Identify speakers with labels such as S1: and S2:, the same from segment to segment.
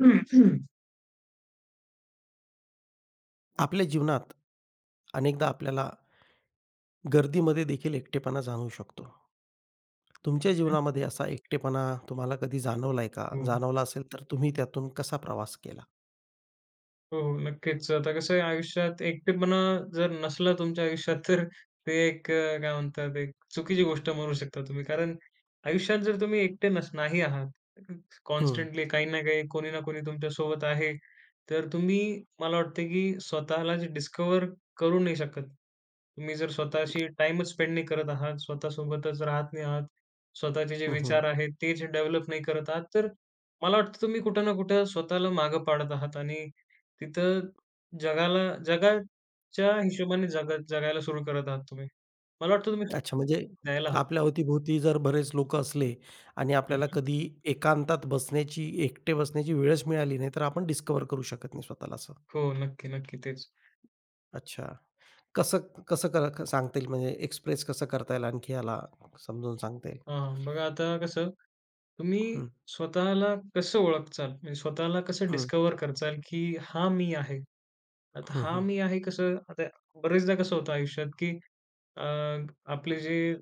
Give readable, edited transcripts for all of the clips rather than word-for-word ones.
S1: हं, हं.
S2: आपल्या जीवनात अनेकदा आपल्याला गर्दीमध्ये देखील एकटेपणा जाणवू शकतो. तुमच्या
S1: हं,
S2: जीवनामध्ये असा एकटेपणा तुम्हाला कधी जाणवलाय का?
S1: हो.
S2: जाणवला असेल तर तुम्ही त्यातून कसा प्रवास केला?
S1: हो, हो. नक्कीच. आता कसं आहे आयुष्यात एकटेपणा जर नसला तुमच्या आयुष्यात तर ते एक काय म्हणतात एक चुकीची गोष्ट म्हणू शकता तुम्ही. कारण आयुष्यात जर तुम्ही एकटे नाही आहात,
S2: हं,
S1: कॉन्स्टंटली काही ना काही, कोणी ना कोणी तुमच्या सोबत आहे, तर तुम्ही मला वाटतं की स्वतःलाच डिस्कव्हर करू नाही शकत. तुम्ही जर स्वतःशी टाईमच स्पेंड नाही करत आहात, स्वतःसोबतच राहत नाही आहात, स्वतःचे जे
S2: हं, हं.
S1: विचार आहेत तेच डेव्हलप नाही करत आहात, तर मला वाटतं तुम्ही कुठं ना कुठं स्वतःला मागे पाडत आहात आणि तिथं जगाला जगाच्या हिशोबाने जगायला सुरू करत आहात तुम्ही. मला वाटतं तुम्ही
S2: अच्छा म्हणजे
S1: द्यायला हवं.
S2: आपल्या अवतीभोवती जर बरेच लोकं असले आणि आपल्याला
S1: हं,
S2: कधी एकांतात बसण्याची, एकटे बसण्याची वेळच मिळाली नाही, तर आपण डिस्कव्हर करू शकत नाही स्वतःला असं.
S1: हो, नक्की, नक्की. तेच.
S2: अच्छा. कसं कसं कर क- सांगता येईल म्हणजे एक्सप्रेस कसं करता येईल आणखी याला समजून सांगता येईल?
S1: हां. बघा आता कसं, तुम्ही
S2: हं,
S1: स्वतःला कसं ओळखचाल? म्हणजे स्वतःला कसं
S2: हं,
S1: डिस्कव्हर करचाल, की हा मी आहे. आता
S2: हं,
S1: हा
S2: हं.
S1: मी आहे कसं, आता बरेचदा कसं होतं आयुष्यात, की अ, आपले जे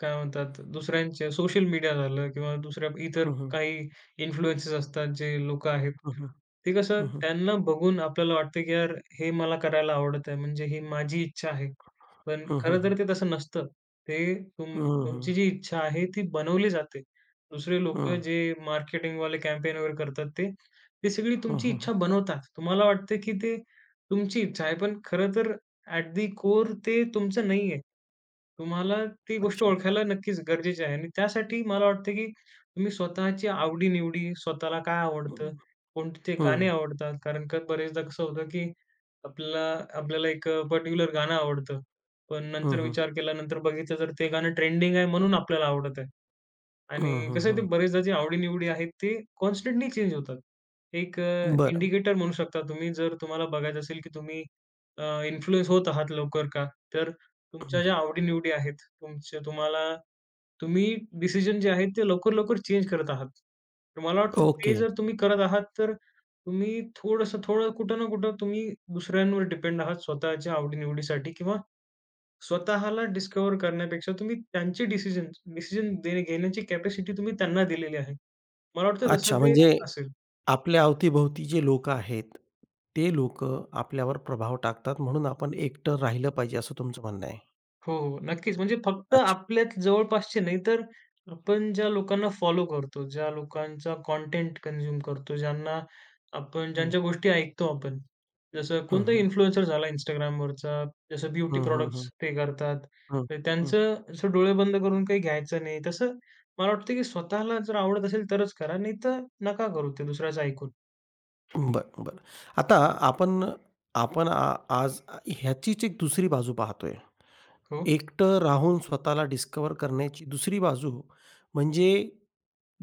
S1: काय म्हणतात दुसऱ्यांच्या सोशल मीडिया झालं किंवा दुसऱ्या इतर
S2: हं,
S1: काही इन्फ्लुएन्सेस असतात जे लोकं आहेत.
S2: हं, हं.
S1: ते
S2: हं,
S1: कसं
S2: हं.
S1: त्यांना बघून आपल्याला वाटतं, की यार हे मला करायला आवडत आहे म्हणजे ही माझी इच्छा आहे. पण
S2: हं, हं,
S1: खरं
S2: हं.
S1: तर ते तसं नसतं. ते
S2: हं, हं.
S1: तुमची जी इच्छा आहे ती बनवली जाते. दुसरे
S2: हं.
S1: लोकं जे मार्केटिंगवाले कॅम्पेन वगैरे करतात ते, ते सगळी
S2: हं,
S1: तुमची
S2: हं, हं.
S1: इच्छा बनवतात. तुम्हाला वाटतं, की ते तुमची इच्छा आहे पण खरं तर ॲट दी कोर ते तुमचं नाहीये. तुम्हाला ती गोष्ट
S2: अच्छा.
S1: ओळखायला नक्कीच गरजेची आहे आणि त्यासाठी मला वाटतं, की तुम्ही स्वतःची आवडी-निवडी, स्वतःला काय आवडतं,
S2: हं,
S1: कोणते ते गाणे
S2: हं.
S1: आवडतात. कारण का बरेचदा कसं होतं, की आपल्याला आपल्याला एक पर्टिक्युलर गाणं आवडतं. पण
S2: हं,
S1: नंतर
S2: हं.
S1: विचार केल्यानंतर बघितलं तर ते गाणं ट्रेंडिंग आहे म्हणून आपल्याला आवडत आहे. आणि
S2: हं, हं,
S1: कसं आहे ते
S2: हं.
S1: बरेचदा जे आवडी आहेत ते कॉन्स्टंटली चेंज होतात. एक
S2: बरं.
S1: इंडिकेटर म्हणू शकता तुम्ही जर तुम्हाला बघायचं असेल की तुम्ही अ, होत आहात लवकर का? तर तुमच्या ज्या
S2: हं.
S1: आवडी-निवडी आहेत, तुमच्या तुम्हाला तुम्ही डिसिजन जे आहेत ते लवकर-लवकर चेंज करत आहात. तर मला वाटतं ते
S2: ओके.
S1: जर तुम्ही करत आहात तर तुम्ही थोडंसं थोडं कुठं ना कुठं तुम्ही दुसऱ्यांवर डिपेंड आहात स्वतःच्या आवडी किंवा स्वतःला डिस्कव्हर करण्यापेक्षा तुम्ही त्यांचे डिसिजन डिसिजन घेण्याची कॅपॅसिटी तुम्ही त्यांना दिलेली आहे. मला वाटतं तसं
S2: अच्छा
S1: ते
S2: म्हणजे
S1: असेल.
S2: आपल्या अवतीभोवती जे लोकं आहेत, ते लोकं आपल्यावर प्रभाव टाकतात म्हणून आपण एकटं राहिलं पाहिजे असं तुमचं म्हणणं आहे.
S1: हो, हो. नक्कीच. म्हणजे फक्त
S2: अच्छा.
S1: आपल्याच जवळपासचे नाही, तर आपण ज्या लोकांना फॉलो करतो, ज्या लोकांचा कंटेंट कन्झ्युम करतो, ज्यांना आपण
S2: हं.
S1: ज्यांच्या गोष्टी ऐकतो आपण. जसं
S2: हं,
S1: कोणताही
S2: हं.
S1: इन्फ्लुएन्सर झाला Instagramवरचा, जसं
S2: हं,
S1: ब्युटी
S2: हं,
S1: प्रॉडक्ट्स
S2: हं.
S1: ते करतात.
S2: हं,
S1: तर
S2: हं.
S1: त्यांचं असं डोळे बंद करून काही घ्यायचं नाही. तसं मला वाटतं, की स्वतःला जर आवडत असेल तरच करा, नाहीतर नका करू ते दुसऱ्याचं ऐकून.
S2: बरं, बरं. आता आपण आपण आ आज ह्याचीच एक दुसरी बाजू पाहतोय.
S1: हो,
S2: एकटं राहून स्वतःला डिस्कव्हर करण्याची दुसरी बाजू म्हणजे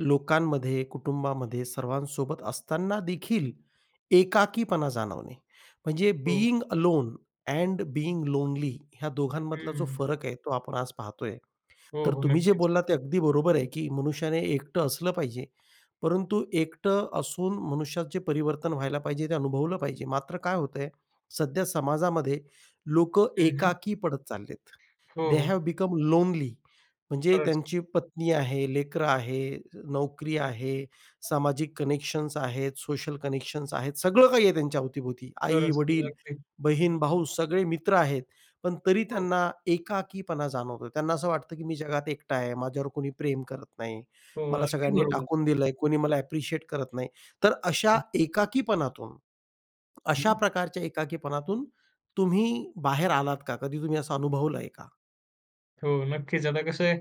S2: लोकांमध्ये, कुटुंबामध्ये सर्वांसोबत असताना देखील एकाकीपणा जाणवणे. म्हणजे
S1: हो.
S2: Being alone and being lonely ह्या दोघांमधला जो
S1: हं.
S2: फरक आहे तो आपण आज पाहतोय.
S1: हो,
S2: तर
S1: हो.
S2: तुम्ही जे
S1: नक्कीच.
S2: बोललात ते अगदी बरोबर आहे, की मनुष्याने एकटं असलं पाहिजे. परंतु एकटं असून मनुष्यात जे परिवर्तन व्हायला पाहिजे ते अनुभवलं पाहिजे. मात्र काय होतंय, सध्या समाजामध्ये लोकं
S1: हं, हं.
S2: एकाकी पडत चाललेत.
S1: हो,
S2: दे
S1: हो.
S2: Have become lonely. म्हणजे
S1: खरंच.
S2: त्यांची पत्नी आहे, लेकरं आहे, नोकरी आहे, सामाजिक कनेक्शन्स आहेत, सोशल कनेक्शन्स आहेत, सगळं काही आहे त्यांच्या अवतीभोवती.
S1: खरंच, खरंच.
S2: आई-वडील,
S1: अगदी.
S2: बहीण-भाऊ सगळे मित्र आहेत. पण तरी
S1: हो.
S2: त्यांना एकाकीपणा जाणवतो. त्यांना असं वाटतं, की मी जगात एकटा आहे. माझ्यावर कोणी प्रेम करत नाही.
S1: हो,
S2: मला
S1: अगदी
S2: सगळ्यांनी
S1: बरोबर.
S2: टाकून दिलंय. कोणी मला ॲप्रिशिएट करत नाही. तर अशा
S1: हं,
S2: एकाकीपणातून, अशा
S1: हं.
S2: प्रकारच्या एकाकीपणातून तुम्ही बाहेर आलात का? कधी तुम्ही असं अनुभवलंय का?
S1: हो, नक्कीच. आता कसं आहे,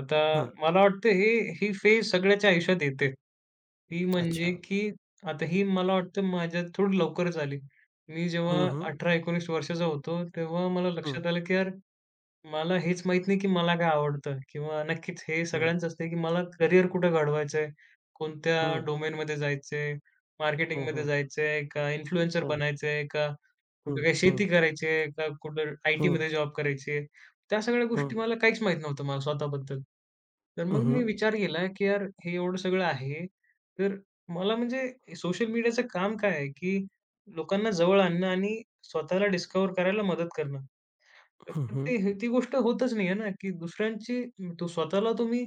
S1: आता
S2: हं.
S1: मला वाटतं ही फेज सगळ्याच्या आयुष्यात येते. ती म्हणजे
S2: अच्छा.
S1: की आता ही मला वाटतं माझ्यात थोडी लवकरच आली. मी जेव्हा
S2: हं, हं.
S1: 18 19 वर्षाचा होतो, तेव्हा मला
S2: हं,
S1: लक्षात आलं की यार मला हेच माहीत नाही की मला काय आवडतं किंवा नक्कीच हे
S2: हं,
S1: सगळ्यांचं असतं की मला करियर कुठं घडवायचं कोणत्या
S2: हं,
S1: डोमेनमध्ये जायचं आहे,
S2: हं,
S1: मार्केटिंगमध्ये
S2: हं,
S1: जायचं आहे का इन्फ्लुएन्सर
S2: हं,
S1: बनायचं का
S2: हं,
S1: कुठे काय
S2: हं, हं,
S1: शेती करायची आहे का कुठं
S2: हं,
S1: आय-टीमध्ये जॉब करायची आहे? त्या सगळ्या
S2: हं,
S1: गोष्टी मला काहीच माहीत नव्हतं मला स्वतःबद्दल. तर मग
S2: हं,
S1: मी विचार केला, की यार हे एवढं सगळं आहे, तर मला म्हणजे सोशल मीडियाचं काम काय आहे, की लोकांना जवळ आणणं आणि स्वतःला डिस्कव्हर करायला मदत करणं. तर
S2: हं,
S1: पण
S2: हं,
S1: ते हे ती गोष्ट होतच नाहीये ना, की दुसऱ्यांची तो स्वतःला तुम्ही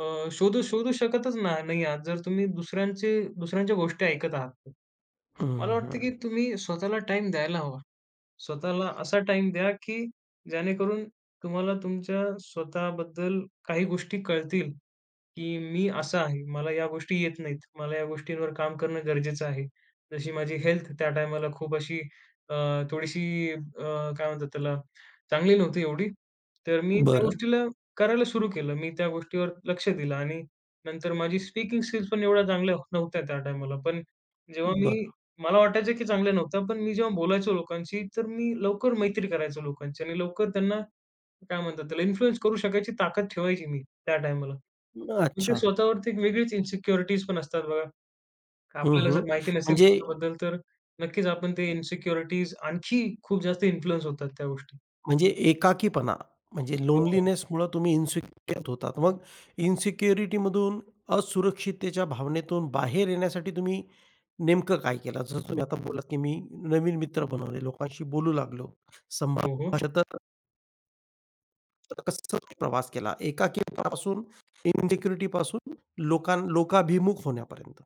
S1: शोधू शोधू शकतच ना नाही आहात, जर तुम्ही दुसऱ्यांच्या गोष्टी ऐकत आहात. तर.
S2: हं,
S1: मला वाटतं,
S2: हं.
S1: की तुम्ही स्वतःला टाईम द्यायला हवा. स्वतःला असा टाइम द्या, की जेणेकरून तुम्हाला तुमच्या स्वतःबद्दल काही गोष्टी कळतील की मी असा आहे, मला या गोष्टी येत नाहीत. मला या गोष्टींवर काम करणं गरजेचं आहे. जशी माझी हेल्थ त्या टायमाला खूप अशी अ, थोडीशी अ, काय म्हणतात त्याला, चांगली नव्हती एवढी. तर मी त्या
S2: बरं,
S1: गोष्टीला करायला सुरू केलं. मी त्या गोष्टीवर लक्ष दिलं आणि नंतर माझी स्पीकिंग स्किल्स पण एवढ्या चांगल्या नव्हत्या त्या टायमाला. पण जेव्हा मी
S2: बरं.
S1: मला वाटायचं की चांगल्या नव्हत्या, पण मी जेव्हा बोलायचो लोकांशी, तर मी लवकर मैत्री करायचो लोकांची आणि लवकर त्यांना काय म्हणतात त्याला, इन्फ्लुअन्स करू शकायची ताकद ठेवायची मी त्या टाईमाला. पण ते
S2: अच्छा.
S1: स्वतःवरती एक वेगळीच इन्सिक्युरिटीज पण असतात बघा. का
S2: हं,
S1: आपल्याला
S2: हं.
S1: जर माहिती नसेल
S2: म्हणजे
S1: स्वतःबद्दल तर नक्कीच आपण ते इन्सिक्युरिटीज आणखी खूप जास्त इन्फ्लुअन्स होतात त्या गोष्टी.
S2: म्हणजे एकाकीपणा म्हणजे
S1: हो,
S2: लोनलीनेसमुळं तुम्ही इन्सिक्युअर होतात. मग इन्सिक्युरिटीमधून असुरक्षिततेच्या भावनेतून बाहेर येण्यासाठी तुम्ही नेमकं काय केलं? जसं तुम्ही आता बोललात, की मी नवीन मित्र बनवले, लोकांशी बोलू लागलो,
S1: हो, हो.
S2: संभाषण तर तर कसं प्रवास केला एकाकीपणापासून, इन्सिक्युरिटीपासून लोकाभिमुख होण्यापर्यंत.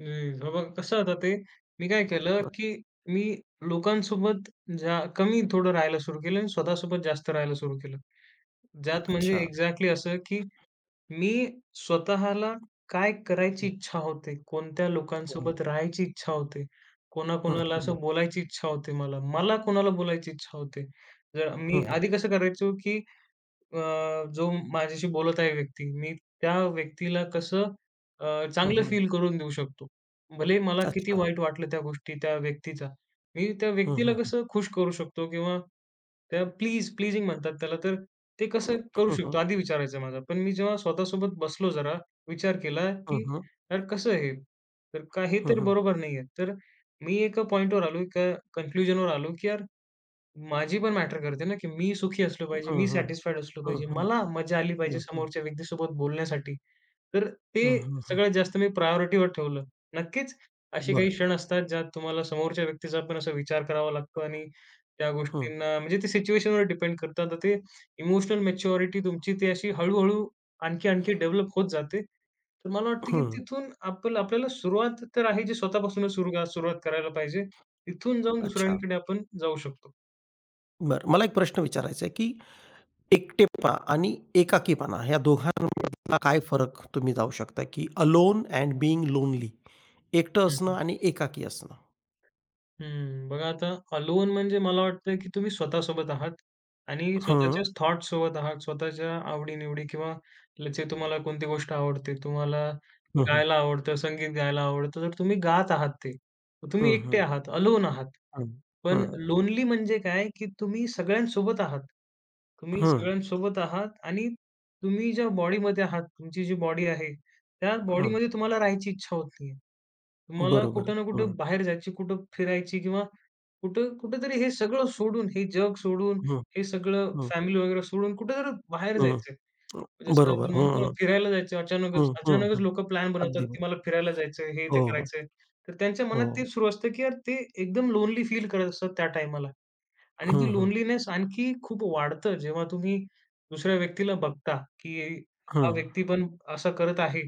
S1: हं. बघा कसं आता ते मी काय केलं,
S2: हं,
S1: की मी लोकांसोबत कमी थोडं राहायला सुरू केलं आणि स्वतःसोबत जास्त राहायला सुरू केलं. ज्यात म्हणजे
S2: अच्छा.
S1: एक्झॅक्टली असं, की मी स्वतःला काय करायची
S2: हं,
S1: इच्छा होते, कोणत्या लोकांसोबत राहायची इच्छा होते,
S2: हं,
S1: कोणाकोणाला
S2: हं,
S1: असं बोलायची इच्छा होते मला. मला कोणाला बोलायची इच्छा होते. जर
S2: हं,
S1: मी
S2: हं,
S1: आधी कसं करायचो, की अ, जो माझ्याशी बोलत आहे व्यक्ती, मी त्या व्यक्तीला कसं
S2: हं,
S1: चांगलं
S2: हं, हं.
S1: फील करून देऊ शकतो. भले मला किती
S2: अच्छा.
S1: वाईट वाटलं त्या गोष्टी त्या व्यक्तीचा, मी त्या
S2: हं,
S1: व्यक्तीला
S2: हं, हं.
S1: कसं खुश करू शकतो किंवा त्या प्लीजिंग म्हणतात त्याला, तर ते
S2: हं,
S1: कसं करू
S2: हं, हं,
S1: शकतो आधी विचारायचा माझा. पण मी जेव्हा स्वतःसोबत बसलो जरा, विचार केला,
S2: हं,
S1: की
S2: हं,
S1: यार कसं हे? तर का हे
S2: हं, हं,
S1: तर
S2: हं,
S1: बरोबर नाहीये. तर मी एका पॉइंटवर आलो, एका कन्क्लुजनवर आलो, की यार माझी पण मॅटर करते ना, की मी सुखी असलो पाहिजे,
S2: हं,
S1: मी
S2: हं,
S1: सॅटिस्फाईड असलो पाहिजे.
S2: हं,
S1: मला मजा आली पाहिजे
S2: हं,
S1: समोरच्या व्यक्तीसोबत बोलण्यासाठी. तर ते
S2: हं, हं, हं.
S1: सगळ्यात जास्त मी प्रायोरिटीवर ठेवलं. नक्कीच असे काही
S2: बरं.
S1: क्षण असतात ज्यात तुम्हाला समोरच्या व्यक्तीचा पण असा विचार करावा लागतो आणि त्या
S2: हं,
S1: गोष्टींना म्हणजे ते सिच्युएशनवर डिपेंड करतं. आता ते इमोशनल मॅच्युरिटी तुमची ती अशी हळू-हळू आणखी-आणखी डेव्हलप होत जाते. तर मला वाटतं की
S2: हं.
S1: तिथून आपण आपल्याला सुरुवात तर आहे जी स्वतःपासूनच सुरुवात करायला पाहिजे. तिथून जाऊन
S2: अच्छा.
S1: दुसऱ्यांकडे आपण जाऊ शकतो.
S2: बरं. मला एक प्रश्न विचारायचा आहे, की एकटेपणा आणि एकाकीपणा या
S1: हं,
S2: दोघांमधला काय फरक तुम्ही जाऊ शकता, की अलोन एंड बीइंग लोनली एकटं असणं आणि एकाकी असणं?
S1: हम्म. बघा आता अलोन म्हणजे मला वाटतं की तुम्ही स्वतःसोबत आहात आणि
S2: हं.
S1: स्वतःच्याच थॉट सोबत आहात. स्वतःच्या आवडी-निवडी किंवा जे तुम्हाला कोणती गोष्ट आवडते, तुम्हाला
S2: हं, हं.
S1: गायला आवडतं, संगीत गायला आवडतं, तर तुम्ही गात आहात ते. तुम्ही
S2: हं,
S1: एकटे
S2: हं.
S1: आहात, अलोन आहात.
S2: हं,
S1: पण
S2: हं.
S1: लोनली म्हणजे काय, की तुम्ही सगळ्यांसोबत आहात. तुम्ही
S2: हं,
S1: सगळ्यांसोबत आहात आणि तुम्ही ज्या बॉडीमध्ये आहात, तुमची जी बॉडी आहे त्या
S2: हं.
S1: बॉडीमध्ये तुम्हाला राहायची इच्छा होत नाहीये. तुम्हाला
S2: बरोबर.
S1: कुठं ना
S2: हं,
S1: कुठं बाहेर जायची, कुठं फिरायची किंवा कुठेतरी हे सगळं सोडून, हे जग सोडून,
S2: हं,
S1: हे सगळं
S2: हं,
S1: फॅमिली वगैरे सोडून कुठेतरी बाहेर
S2: हं.
S1: जायचंय. जसं
S2: बरोबर.
S1: आपण
S2: हं,
S1: म्हणतो ना,
S2: हं.
S1: फिरायला जायचं अचानकच
S2: हं, हं,
S1: अचानकच
S2: हं.
S1: लोकं प्लॅन बनवतात,
S2: अगदी बरोबर.
S1: की मला फिरायला जायचंय, हे ते
S2: हो,
S1: करायचंय. तर त्यांच्या मनात
S2: हो.
S1: तेच सुरू असतं, की यार ते एकदम लोनली फील करत असतात त्या टाईमाला. आणि
S2: हं,
S1: ती
S2: हं.
S1: लोनलीनेस आणखी खूप वाढतं जेव्हा तुम्ही दुसऱ्या व्यक्तीला बघता, की हा
S2: हं.
S1: व्यक्ती पण असं करत आहे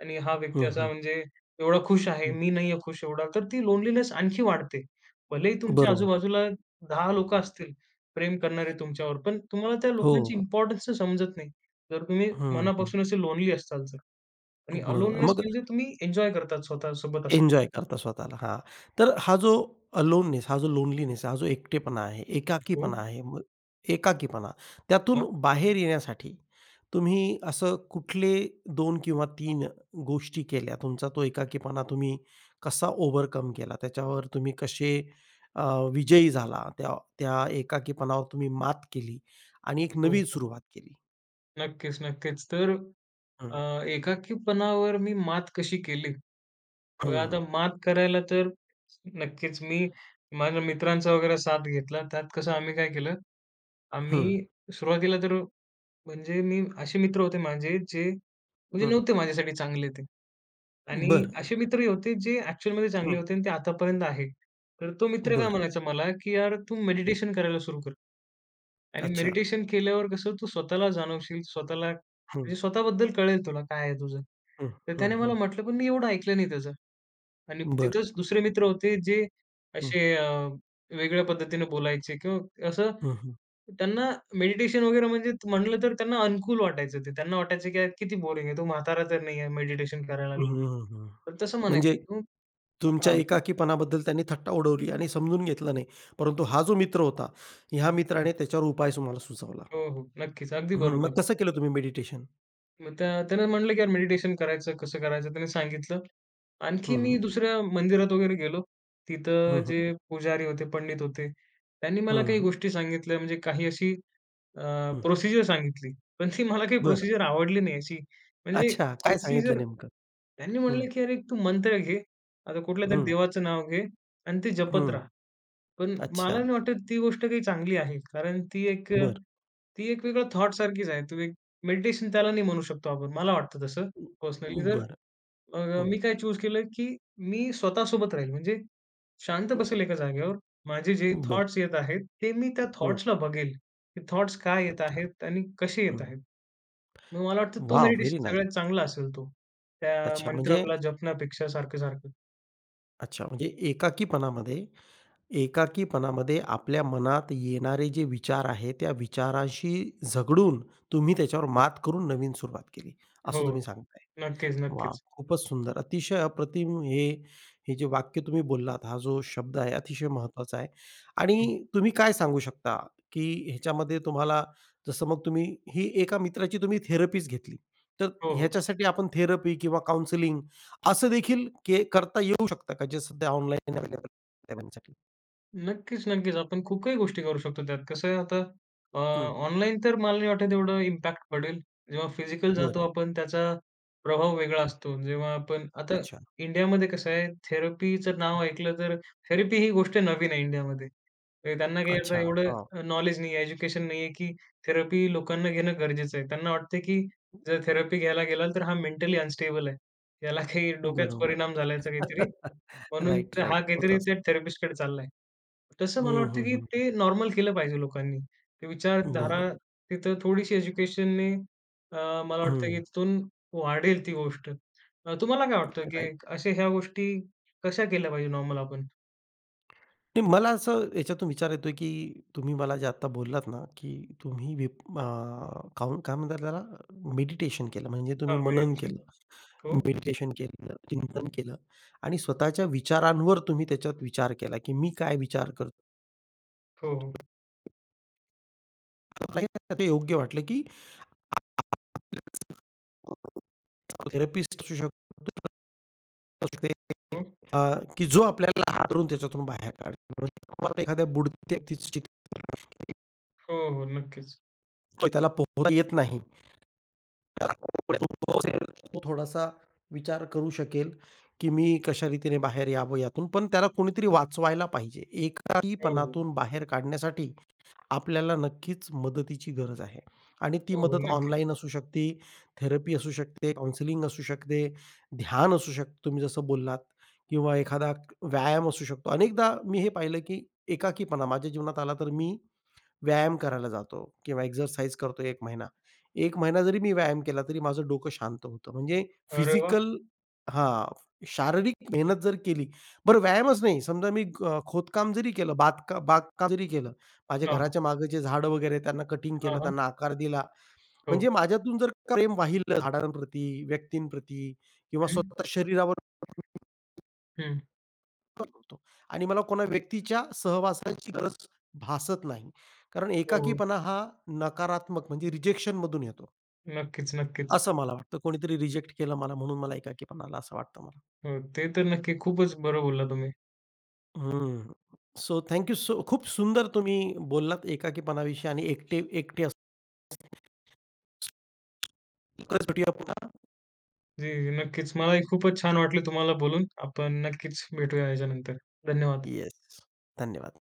S1: आणि हा व्यक्ती
S2: हं,
S1: असा
S2: हं.
S1: म्हणजे एवढा खुश आहे,
S2: हं.
S1: मी नाहीये खुश एवढा. तर ती लोनलीनेस आणखी वाढते. भलेही तुमच्या
S2: बरोबर.
S1: आजूबाजूला 10 लोकं असतील प्रेम करणारे तुमच्यावर, पण तुम्हाला त्या लोकांची
S2: हो.
S1: इम्पोर्टन्स समजत नाही. जर तुम्ही
S2: हं, हं.
S1: मनापासून असे लोनली असाल तर आणि
S2: बरोबर.
S1: अलोननेस
S2: मग
S1: म्हणजे तुम्ही एन्जॉय करतात स्वतःसोबत असं
S2: एन्जॉय करता स्वतःला. हां. तर हा जो अलोननेस, हा जो लोनलीनेस, हा जो एकटेपणा आहे,
S1: हो.
S2: एकाकीपणा आहे, मग एकाकीपणा त्यातून
S1: हां.
S2: बाहेर येण्यासाठी तुम्ही असं कुठले 2 किंवा 3 गोष्टी केल्या? तुमचा तो एकाकीपणा तुम्ही कसा ओव्हरकम केला? त्याच्यावर तुम्ही कसे अ, विजयी झाला? त्या त्या एकाकीपणावर तुम्ही मात केली आणि एक
S1: हो,
S2: नवी
S1: हो.
S2: सुरुवात केली?
S1: नक्कीच, नक्कीच. तर अ,
S2: हं,
S1: एकाकीपणावर मी मात कशी केली? बघा
S2: हं,
S1: आता मात करायला तर नक्कीच मी माझ्या मित्रांचा वगैरे साथ घेतला. त्यात कसं आम्ही काय केलं,
S2: हं,
S1: आम्ही सुरुवातीला तर म्हणजे मी असे मित्र होते माझे जे म्हणजे
S2: हं.
S1: नव्हते माझ्यासाठी चांगले ते आणि
S2: बरं.
S1: असे मित्रही होते जे ॲक्चुअलमध्ये चांगले
S2: हं.
S1: होते आणि ते आतापर्यंत आहे. तर तो मित्र काय
S2: बरं.
S1: म्हणायचा मला, की "यार, तू
S2: हं.
S1: मेडिटेशन करायला सुरू कर." आणि
S2: अच्छा.
S1: मेडिटेशन केल्यावर कसं तू स्वतःला जाणवशील, स्वतःला
S2: हं.
S1: म्हणजे स्वतःबद्दल कळेल तुला काय आहे तुझं.
S2: हं,
S1: तर
S2: हं,
S1: त्याने मला
S2: हं.
S1: म्हटलं, पण मी एवढं ऐकलं नाही त्याचं. आणि
S2: बरं.
S1: तिथंच दुसरे मित्र होते जे
S2: हं,
S1: असे वेगळ्या पद्धतीने बोलायचे किंवा असं
S2: हं, हं.
S1: त्यांना मेडिटेशन वगैरे म्हणजे म्हटलं तर त्यांना अनुकूल वाटायचं ते. त्यांना वाटायचं की यार किती बोरिंग आहे. तो म्हातारा तर नाही आहे मेडिटेशन करायला लागला.
S2: हं, हं.
S1: तर तसं
S2: म्हणजे
S1: म्हणायचे.
S2: तुमच्या
S1: हां,
S2: एकाकीपणाबद्दल त्यांनी थट्टा उडवली आणि समजून घेतलं नाही. परंतु हा जो मित्र होता, ह्या मित्राने त्याच्यावर उपाय तुम्हाला सुचवला.
S1: हो, हो. नक्कीच. अगदी
S2: हं, मग
S1: बरोबर.
S2: कसं केलं तुम्ही मेडिटेशन?
S1: मग त्यानं म्हटलं की यार मेडिटेशन करायचं, कसं करायचं त्याने सांगितलं. आणखी
S2: हं,
S1: मी
S2: हं.
S1: दुसऱ्या मंदिरात वगैरे गेलो. तिथं
S2: हं,
S1: जे
S2: हं.
S1: पुजारी होते, पंडित होते, त्यांनी मला
S2: हं,
S1: काही
S2: हं.
S1: गोष्टी सांगितल्या म्हणजे काही अशी अ, प्रोसिजर सांगितली. पण ती मला काही
S2: बरं.
S1: प्रोसिजर आवडली नाही अशी. म्हणजे
S2: अच्छा. काय सांगितलं
S1: प्रोसिजर
S2: नेमकं?
S1: त्यांनी
S2: हं,
S1: म्हटलं की "अरे, तू मंत्र घे, आता कुठल्यातरी
S2: हं,
S1: देवाचं नाव घे आणि ते जपत
S2: हं.
S1: राहा." पण मला
S2: अच्छा.
S1: नाही वाटत ती गोष्ट काही चांगली आहे. कारण ती एक
S2: बरं.
S1: ती एक वेगळा थॉट सारखीच आहे. तो एक मेडिटेशन त्याला नाही म्हणू शकतो आपण. मला वाटतं तसं पर्सनली तर
S2: बरं. हं.
S1: मी काय चूज केलं, की मी स्वतःसोबत राहील. म्हणजे शांत
S2: हं.
S1: बसेल एका जागेवर. माझे जे
S2: बरं.
S1: थॉट्स येत आहेत, ते मी त्या
S2: हं.
S1: थॉट्सला बघेल, की थॉट्स काय येत
S2: अच्छा.
S1: आहेत आणि कसे येत
S2: हं.
S1: आहेत. मग मला वाटतं तो
S2: वॉव!
S1: मेडिटेशन
S2: व्हेरी
S1: सगळ्यात
S2: नाईस.
S1: चांगला असेल तो. त्या
S2: अच्छा म्हणजे
S1: मंत्राला जपण्यापेक्षा सारखं-सारखं.
S2: अच्छा म्हणजे एकाकीपणामध्ये एकाकीपणामध्ये आपल्या मनात येणारे जे विचार आहेत, त्या विचाराशी झगडून तुम्ही त्याच्यावर मात करून नवीन सुरुवात केली,
S1: हो.
S2: असं तुम्ही सांगताय.
S1: नक्कीच,
S2: वाह!
S1: नक्कीच.
S2: खूपच सुंदर. अतिशय अप्रतिम हे, हे जे वाक्य तुम्ही बोललात, हा जो शब्द आहे अतिशय महत्त्वाचा आहे
S1: हो,
S2: आणि तुम्ही काय सांगू शकता, की ह्याच्यामध्ये तुम्हाला जसं मग तुम्ही ही एका मित्राची तुम्ही थेरपीच घेतली. तर
S1: हो, हो.
S2: ह्याच्यासाठी आपण थेरपी किंवा काउंसलिंग असं देखील के करता येऊ शकतं का, जे सध्या ऑनलाईन अवेलेबल आहे सगळ्यांसाठी?
S1: नक्कीच, नक्कीच. आपण खूप काही गोष्टी करू शकतो त्यात. कसं आहे आता
S2: हं.
S1: ऑनलाईन तर मला नाही वाटत एवढं इम्पॅक्ट पडेल. जेव्हा फिजिकल जातो
S2: बरं.
S1: आपण त्याचा प्रभाव वेगळा
S2: हं.
S1: असतो. जेव्हा आपण आता
S2: अच्छा,
S1: इंडियामध्ये कसं आहे थेरपीचं नाव ऐकलं तर थेरपी ही गोष्ट नवीन आहे इंडियामध्ये. तर त्यांना काही आता
S2: अच्छा. हां.
S1: एवढं नॉलेज नाही एज्युकेशन नाही आहे, की थेरपी लोकांना घेणं गरजेचं आहे. त्यांना वाटतं की जर थेरपी घ्यायला गेलाल तर हा मेंटली अनस्टेबल आहे. याला काही डोक्यात
S2: बरोबर.
S1: परिणाम झाल्याचा काहीतरी म्हणून
S2: राइट,
S1: तर
S2: राइट.
S1: हा
S2: होत
S1: काहीतरी त्या
S2: असतं.
S1: थेरपिस्टकडे चाललाय. तसं मला
S2: हं,
S1: वाटतं,
S2: हं,
S1: की
S2: हं, हं.
S1: ते नॉर्मल केलं पाहिजे लोकांनी. ते विचारधारा
S2: बरोबर.
S1: तिथं थोडीशी एज्युकेशनने मला वाटतं, की
S2: हं.
S1: तिथून वाढेल ती गोष्ट. तुम्हाला काय वाटतं, की
S2: राइट.
S1: अशा ह्या गोष्टी कशा केल्या पाहिजे नॉर्मल आपण?
S2: ते मला असं याच्यातून विचार येतोय, की तुम्ही मला जे आत्ता बोललात ना, की तुम्ही विप अ, काउन काय म्हणतात त्याला? मेडिटेशन केलं. म्हणजे
S1: हां,
S2: तुम्ही मनन केलं.
S1: मेडिटेशन. हो,
S2: मेडिटेशन केलं, चिंतन केलं आणि स्वतःच्या विचारांवर तुम्ही त्याच्यात विचार केला, की मी काय विचार करतो.
S1: हो, हो.
S2: मला हे योग्य वाटलं, की थेरपिस्ट असू शकतो
S1: हो,
S2: अ, की जो आपल्याला हादरून त्याच्यातून बाहेर काढेल. म्हणजे तुम्हाला एखाद्या बुडत्या व्यक्तीचं चित्र
S1: हो, हो. नक्कीच.
S2: त्याला पोहता येत नाही. तर तो थोडासा विचार करू शकेल, की मी कशा रीतीने बाहेर यावं यातून. पण त्याला कोणीतरी वाचवायला पाहिजे.
S1: हो, हो.
S2: एकाकीपणातून बाहेर काढण्यासाठी आपल्याला नक्कीच मदतीची गरज आहे आणि ती
S1: हो, हो.
S2: मदत
S1: नक्कीच.
S2: ऑनलाईन असू शकते, थेरपी असू शकते, काउंसलिंग असू शकते, ध्यान असू शकतं तुम्ही जसं बोललात किंवा एखादा व्यायाम असू शकतो. अनेकदा मी हे पाहिलं, की एकाकीपणा माझ्या जीवनात आला तर मी व्यायाम करायला जातो किंवा एक्सरसाइज करतो एक महिना. एक महिना जरी मी व्यायाम केला तरी माझं डोकं शांत होतं. म्हणजे
S1: अरे वाह!
S2: फिजिकल हां, शारीरिक मेहनत जर केली. बरं व्यायामच नाही समजा मी खोदकाम जरी केलं, बागकाम जरी केलं, माझ्या
S1: हां, हां.
S2: घराच्या मागे जे झाडं वगैरे आहेत त्यांना कटिंग
S1: हां,
S2: केलं,
S1: हां.
S2: त्यांना आकार दिला.
S1: हो.
S2: म्हणजे माझ्यातून जर का प्रेम वाहिलं झाडांप्रती, व्यक्तींप्रती किंवा
S1: हं,
S2: स्वतः शरीरावर
S1: हं.
S2: करतो आणि मला कोणा व्यक्तीच्या सहवासाची गरज भासत नाही. कारण
S1: हो, हो.
S2: एकाकीपणा हा नकारात्मक म्हणजे रिजेक्शनमधून येतो,
S1: नक्कीच, नक्कीच.
S2: असं मला वाटतं. कोणीतरी रिजेक्ट केलं मला म्हणून मला एकाकीपणा आला असं वाटतं मला.
S1: हो, ते तर नक्की खूपच बरं बोलला तुम्ही.
S2: हं. सो थँक यू खूप सुंदर तुम्ही बोललात एकाकीपणाविषयी आणि एकटे एकटे असणे. लवकरच भेटूया पुन्हा.
S1: जी, नक्कीच. मलाही खूपच छान वाटलं तुम्हाला बोलून. आपण नक्कीच भेटूया याच्यानंतर. धन्यवाद.
S2: येस. धन्यवाद.